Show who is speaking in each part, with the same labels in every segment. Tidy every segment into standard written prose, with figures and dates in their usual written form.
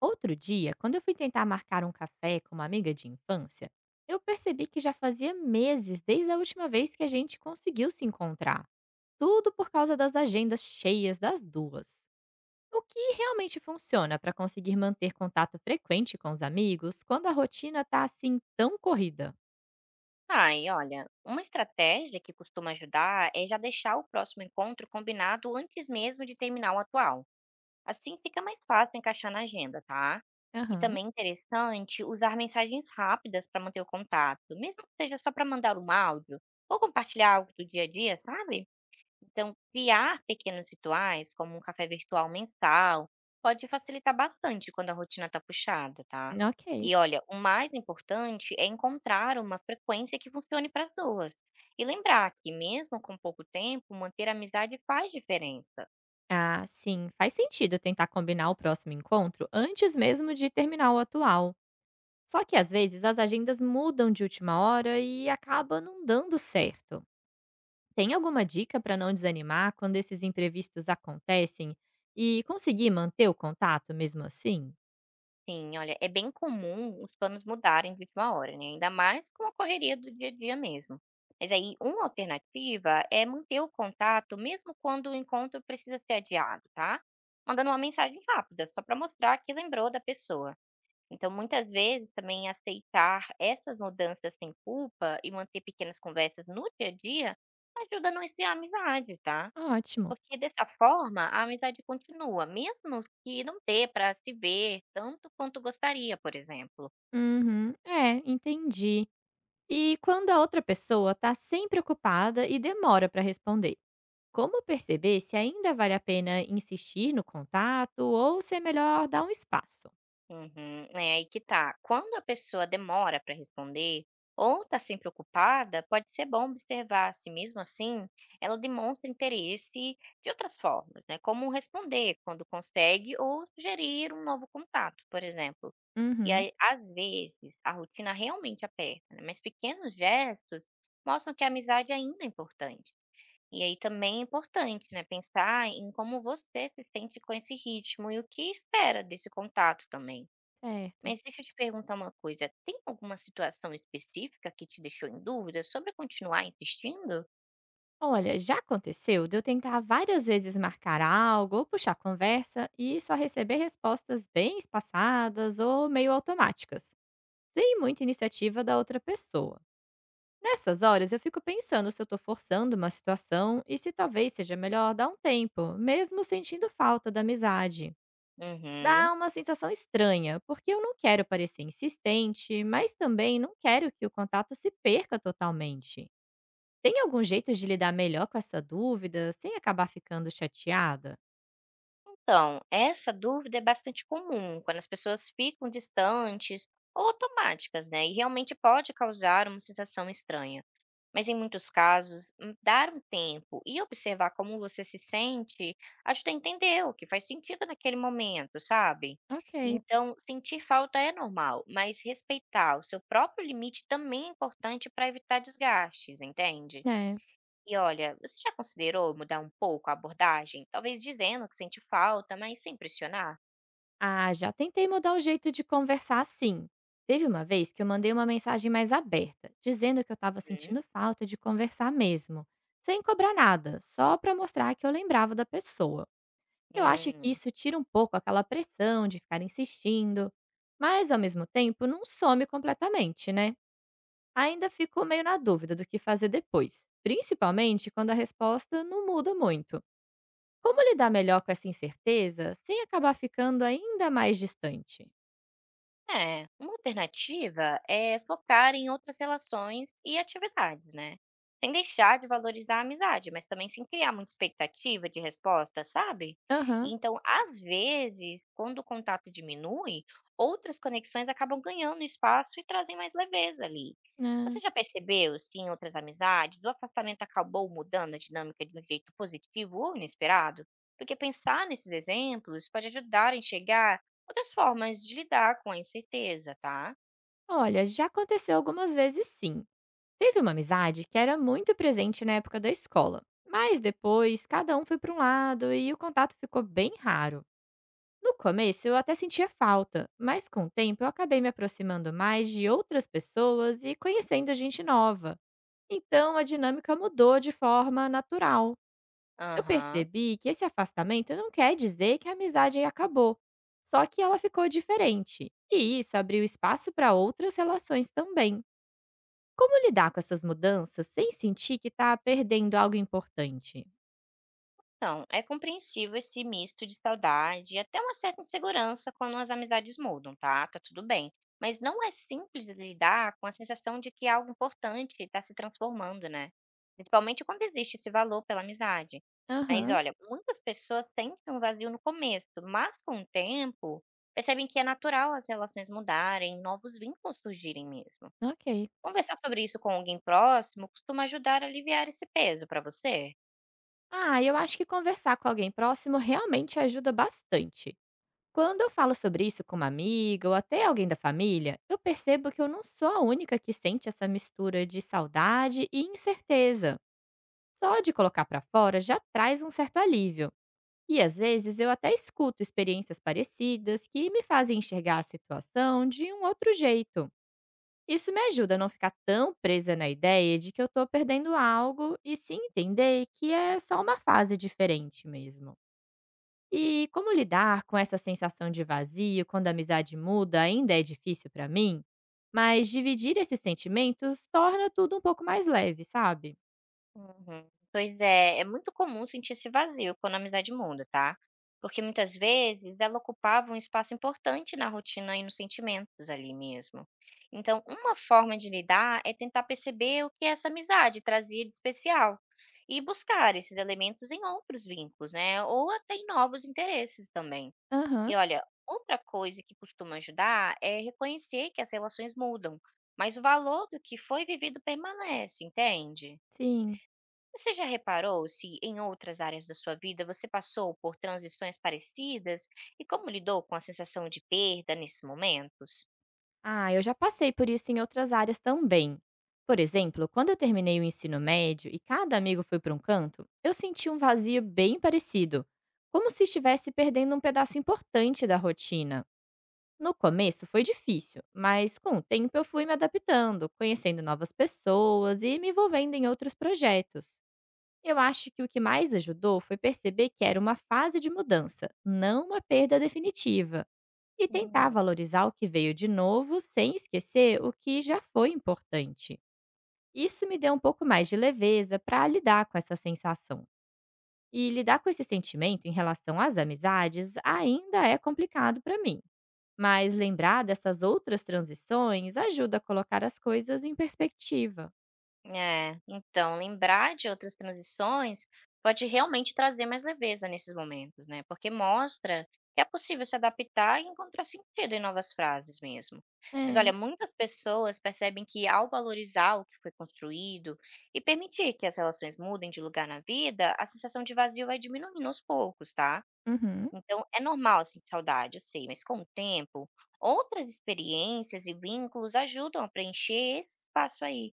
Speaker 1: Outro dia, quando eu fui tentar marcar um café com uma amiga de infância, eu percebi que já fazia meses desde a última vez que a gente conseguiu se encontrar. Tudo por causa das agendas cheias das duas. O que realmente funciona para conseguir manter contato frequente com os amigos quando a rotina tá assim tão corrida?
Speaker 2: Ai, olha, uma estratégia que costuma ajudar é já deixar o próximo encontro combinado antes mesmo de terminar o atual. Assim fica mais fácil encaixar na agenda, tá? E
Speaker 1: Aham,
Speaker 2: também é interessante usar mensagens rápidas para manter o contato, mesmo que seja só para mandar um áudio ou compartilhar algo do dia a dia, sabe? Então, criar pequenos rituais, como um café virtual mensal, pode facilitar bastante quando a rotina está puxada, tá?
Speaker 1: ok.
Speaker 2: E olha, o mais importante é encontrar uma frequência que funcione para as duas. E lembrar que, mesmo com pouco tempo, manter a amizade faz diferença.
Speaker 1: Ah, sim, faz sentido tentar combinar o próximo encontro antes mesmo de terminar o atual. Só que às vezes as agendas mudam de última hora e acaba não dando certo. Tem alguma dica para não desanimar quando esses imprevistos acontecem e conseguir manter o contato mesmo assim?
Speaker 2: Sim, olha, é bem comum os planos mudarem de última hora, né? Ainda mais com a correria do dia a dia mesmo. Mas aí, uma alternativa é manter o contato mesmo quando o encontro precisa ser adiado, tá? Mandando uma mensagem rápida, só para mostrar que lembrou da pessoa. Então, muitas vezes também aceitar essas mudanças sem culpa e manter pequenas conversas no dia a dia ajuda a não esfriar a amizade, tá?
Speaker 1: Ótimo.
Speaker 2: Porque dessa forma a amizade continua, mesmo que não dê para se ver tanto quanto gostaria, por exemplo.
Speaker 1: Uhum. É, entendi. E quando a outra pessoa está sempre ocupada e demora para responder? Como perceber se ainda vale a pena insistir no contato ou se é melhor dar um espaço?
Speaker 2: Uhum, é aí que tá. Quando a pessoa demora para responder ou está sempre ocupada, pode ser bom observar se mesmo assim ela demonstra interesse de outras formas, né? Como responder quando consegue ou sugerir um novo contato, por exemplo. E
Speaker 1: Uhum,
Speaker 2: aí, às vezes, a rotina realmente aperta, né? Mas pequenos gestos mostram que a amizade ainda é importante. E aí também é importante, né, pensar em como você se sente com esse ritmo e o que espera desse contato também.
Speaker 1: certo.
Speaker 2: Mas deixa eu te perguntar uma coisa, tem alguma situação específica que te deixou em dúvida sobre continuar insistindo?
Speaker 1: Olha, já aconteceu de eu tentar várias vezes marcar algo ou puxar conversa e só receber respostas bem espaçadas ou meio automáticas, sem muita iniciativa da outra pessoa. Nessas horas eu fico pensando se eu tô forçando uma situação e se talvez seja melhor dar um tempo, mesmo sentindo falta da amizade.
Speaker 2: Uhum.
Speaker 1: Dá uma sensação estranha, porque eu não quero parecer insistente, mas também não quero que o contato se perca totalmente. Tem algum jeito de lidar melhor com essa dúvida, sem acabar ficando chateada?
Speaker 2: Então, essa dúvida é bastante comum quando as pessoas ficam distantes ou automáticas, né? E realmente pode causar uma sensação estranha. Mas em muitos casos, dar um tempo e observar como você se sente ajuda a entender o que faz sentido naquele momento, sabe?
Speaker 1: Ok,
Speaker 2: Então, sentir falta é normal, mas respeitar o seu próprio limite também é importante para evitar desgastes, entende?
Speaker 1: é.
Speaker 2: E olha, você já considerou mudar um pouco a abordagem? Talvez dizendo que sente falta, mas sem pressionar?
Speaker 1: Ah, já tentei mudar o jeito de conversar sim. Teve uma vez que eu mandei uma mensagem mais aberta, dizendo que eu estava
Speaker 2: Uhum.
Speaker 1: sentindo falta de conversar mesmo, sem cobrar nada, só para mostrar que eu lembrava da pessoa. Eu acho que
Speaker 2: Hum.
Speaker 1: isso tira um pouco aquela pressão de ficar insistindo, mas ao mesmo tempo não some completamente, né? Ainda fico meio na dúvida do que fazer depois, principalmente quando a resposta não muda muito. Como lidar melhor com essa incerteza sem acabar ficando ainda mais distante?
Speaker 2: É, uma alternativa é focar em outras relações e atividades, né? Sem deixar de valorizar a amizade, mas também sem criar muita expectativa de resposta, sabe?
Speaker 1: Aham.
Speaker 2: Então, às vezes, quando o contato diminui, outras conexões acabam ganhando espaço e trazem mais leveza ali. Você
Speaker 1: Né.
Speaker 2: já percebeu se em outras amizades o afastamento acabou mudando a dinâmica de um jeito positivo ou inesperado? Porque pensar nesses exemplos pode ajudar a enxergar outras formas de lidar com a incerteza, tá?
Speaker 1: Olha, já aconteceu algumas vezes sim. Teve uma amizade que era muito presente na época da escola, mas depois cada um foi para um lado e o contato ficou bem raro. No começo eu até sentia falta, mas com o tempo eu acabei me aproximando mais de outras pessoas e conhecendo gente nova. Então a dinâmica mudou de forma natural. Eu
Speaker 2: Aham.
Speaker 1: percebi que esse afastamento não quer dizer que a amizade acabou, só que ela ficou diferente. E isso abriu espaço para outras relações também. Como lidar com essas mudanças sem sentir que está perdendo algo importante?
Speaker 2: Então, é compreensível esse misto de saudade e até uma certa insegurança quando as amizades mudam, tá? Tá tudo bem. Mas não é simples de lidar com a sensação de que algo importante está se transformando, né? Principalmente quando existe esse valor pela amizade. Mas
Speaker 1: Aham,
Speaker 2: olha, muitas pessoas sentem um vazio no começo, mas com o tempo percebem que é natural as relações mudarem, novos vínculos surgirem mesmo.
Speaker 1: ok.
Speaker 2: Conversar sobre isso com alguém próximo costuma ajudar a aliviar esse peso para você?
Speaker 1: Ah, eu acho que conversar com alguém próximo realmente ajuda bastante. Quando eu falo sobre isso com uma amiga ou até alguém da família, eu percebo que eu não sou a única que sente essa mistura de saudade e incerteza. Só de colocar pra fora já traz um certo alívio. E às vezes eu até escuto experiências parecidas que me fazem enxergar a situação de um outro jeito. Isso me ajuda a não ficar tão presa na ideia de que eu tô perdendo algo e sim entender que é só uma fase diferente mesmo. E como lidar com essa sensação de vazio quando a amizade muda ainda é difícil pra mim, mas dividir esses sentimentos torna tudo um pouco mais leve, sabe?
Speaker 2: Uhum. Pois é, é muito comum sentir esse vazio quando a amizade muda, tá? Porque muitas vezes ela ocupava um espaço importante na rotina e nos sentimentos ali mesmo. Então, uma forma de lidar é tentar perceber o que essa amizade trazia de especial e buscar esses elementos em outros vínculos, né? Ou até em novos interesses também.
Speaker 1: Aham,
Speaker 2: E olha, outra coisa que costuma ajudar é reconhecer que as relações mudam, mas o valor do que foi vivido permanece, entende?
Speaker 1: sim.
Speaker 2: Você já reparou se em outras áreas da sua vida você passou por transições parecidas e como lidou com a sensação de perda nesses momentos?
Speaker 1: Ah, eu já passei por isso em outras áreas também. Por exemplo, quando eu terminei o ensino médio e cada amigo foi para um canto, eu senti um vazio bem parecido, como se estivesse perdendo um pedaço importante da rotina. No começo foi difícil, mas com o tempo eu fui me adaptando, conhecendo novas pessoas e me envolvendo em outros projetos. Eu acho que o que mais ajudou foi perceber que era uma fase de mudança, não uma perda definitiva, e tentar valorizar o que veio de novo sem esquecer o que já foi importante. Isso me deu um pouco mais de leveza para lidar com essa sensação. E lidar com esse sentimento em relação às amizades ainda é complicado para mim, mas lembrar dessas outras transições ajuda a colocar as coisas em perspectiva.
Speaker 2: É, então lembrar de outras transições pode realmente trazer mais leveza nesses momentos, né? Porque mostra que é possível se adaptar e encontrar sentido em novas frases mesmo. Mas
Speaker 1: É.
Speaker 2: olha, muitas pessoas percebem que ao valorizar o que foi construído e permitir que as relações mudem de lugar na vida, a sensação de vazio vai diminuindo aos poucos, tá?
Speaker 1: Uhum.
Speaker 2: Então é normal sentir saudade, eu sei, mas com o tempo, outras experiências e vínculos ajudam a preencher esse espaço aí.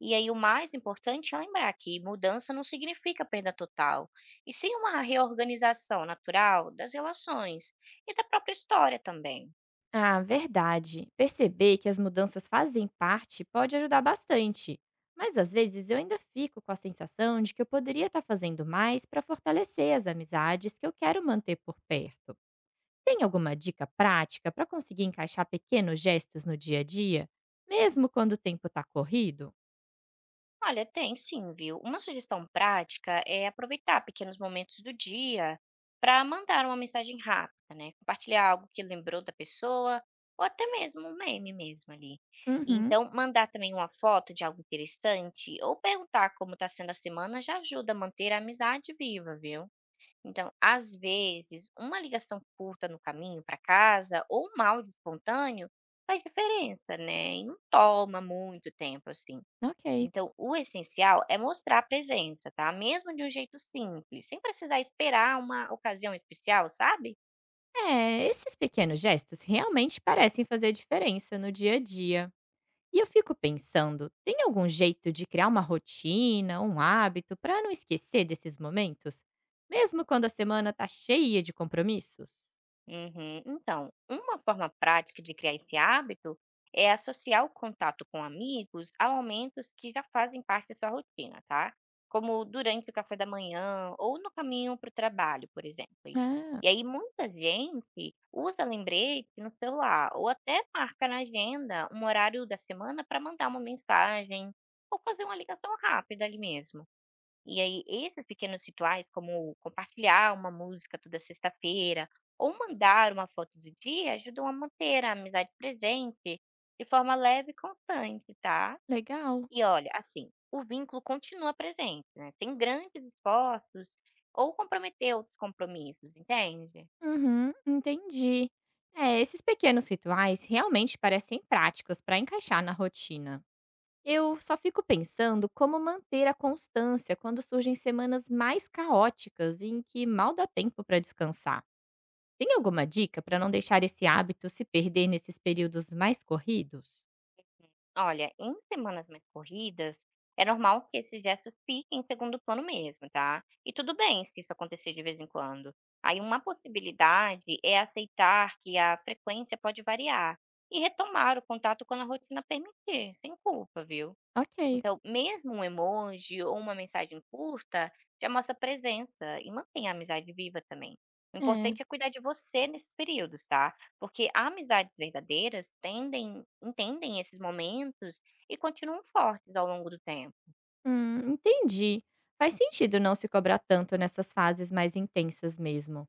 Speaker 2: E aí o mais importante é lembrar que mudança não significa perda total, e sim uma reorganização natural das relações e da própria história também.
Speaker 1: Ah, verdade. Perceber que as mudanças fazem parte pode ajudar bastante. Mas às vezes eu ainda fico com a sensação de que eu poderia estar fazendo mais para fortalecer as amizades que eu quero manter por perto. Tem alguma dica prática para conseguir encaixar pequenos gestos no dia a dia, mesmo quando o tempo está corrido?
Speaker 2: Olha, tem sim, viu? Uma sugestão prática é aproveitar pequenos momentos do dia para mandar uma mensagem rápida, né? Compartilhar algo que lembrou da pessoa, ou até mesmo um meme mesmo ali. E
Speaker 1: Uhum.
Speaker 2: então, mandar também uma foto de algo interessante ou perguntar como está sendo a semana já ajuda a manter a amizade viva, viu? Então, às vezes, uma ligação curta no caminho para casa ou um áudio espontâneo faz diferença, né? E não toma muito tempo assim.
Speaker 1: Ok.
Speaker 2: Então, o essencial é mostrar a presença, tá? Mesmo de um jeito simples, sem precisar esperar uma ocasião especial, sabe?
Speaker 1: É, esses pequenos gestos realmente parecem fazer diferença no dia a dia. E eu fico pensando, tem algum jeito de criar uma rotina, um hábito para não esquecer desses momentos, mesmo quando a semana tá cheia de compromissos?
Speaker 2: Uhum. Então, uma forma prática de criar esse hábito é associar o contato com amigos a momentos que já fazem parte da sua rotina, tá? Como durante o café da manhã ou no caminho para o trabalho, por exemplo. E
Speaker 1: Ah,
Speaker 2: e aí, muita gente usa lembrete no celular ou até marca na agenda um horário da semana para mandar uma mensagem ou fazer uma ligação rápida ali mesmo. E aí, esses pequenos rituais, como compartilhar uma música toda sexta-feira ou mandar uma foto do dia, ajudam a manter a amizade presente de forma leve e constante, tá?
Speaker 1: legal.
Speaker 2: E olha, assim, o vínculo continua presente, né? Sem grandes esforços ou comprometer outros compromissos, entende?
Speaker 1: Uhum, entendi. É, esses pequenos rituais realmente parecem práticos para encaixar na rotina. Eu só fico pensando como manter a constância quando surgem semanas mais caóticas em que mal dá tempo para descansar. Tem alguma dica para não deixar esse hábito se perder nesses períodos mais corridos?
Speaker 2: Olha, em semanas mais corridas, é normal que esses gestos fiquem em segundo plano mesmo, tá? E tudo bem se isso acontecer de vez em quando. Aí uma possibilidade é aceitar que a frequência pode variar e retomar o contato quando a rotina permitir, sem culpa, viu?
Speaker 1: Ok.
Speaker 2: Então, mesmo um emoji ou uma mensagem curta já mostra presença e mantém a amizade viva também. O
Speaker 1: É.
Speaker 2: importante é cuidar de você nesses períodos, tá? Porque amizades verdadeiras tendem, entendem esses momentos e continuam fortes ao longo do tempo.
Speaker 1: Entendi. Faz sentido não se cobrar tanto nessas fases mais intensas mesmo.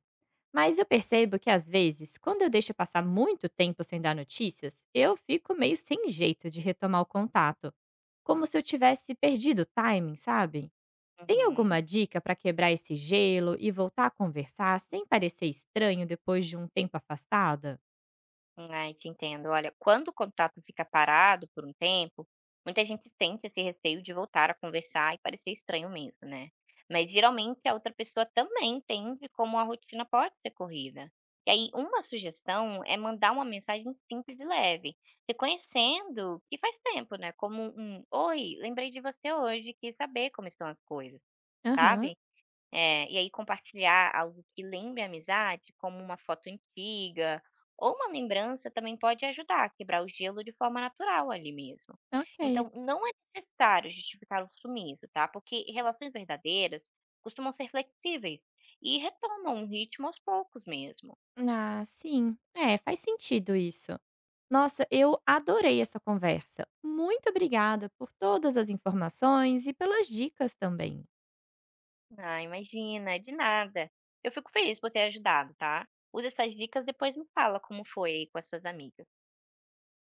Speaker 1: Mas eu percebo que às vezes, quando eu deixo passar muito tempo sem dar notícias, eu fico meio sem jeito de retomar o contato. Como se eu tivesse perdido o timing, sabe? Tem
Speaker 2: Uhum.
Speaker 1: alguma dica para quebrar esse gelo e voltar a conversar sem parecer estranho depois de um tempo afastada?
Speaker 2: Ai, te entendo. Olha, quando o contato fica parado por um tempo, muita gente sente esse receio de voltar a conversar e parecer estranho mesmo, né? Mas geralmente a outra pessoa também entende como a rotina pode ser corrida. E aí, uma sugestão é mandar uma mensagem simples e leve, reconhecendo que faz tempo, né? Como um, oi, lembrei de você hoje, quis saber como estão as coisas,
Speaker 1: Aham,
Speaker 2: sabe? É, e aí compartilhar algo que lembre a amizade, como uma foto antiga ou uma lembrança, também pode ajudar a quebrar o gelo de forma natural ali mesmo.
Speaker 1: ok.
Speaker 2: Então, não é necessário justificar o sumiço, tá? Porque relações verdadeiras costumam ser flexíveis e retomam o ritmo aos poucos mesmo.
Speaker 1: Ah, sim. É, faz sentido isso. Nossa, eu adorei essa conversa. Muito obrigada por todas as informações e pelas dicas também.
Speaker 2: Ah, imagina, de nada. Eu fico feliz por ter ajudado, tá? Usa essas dicas depois me fala como foi aí com as suas amigas.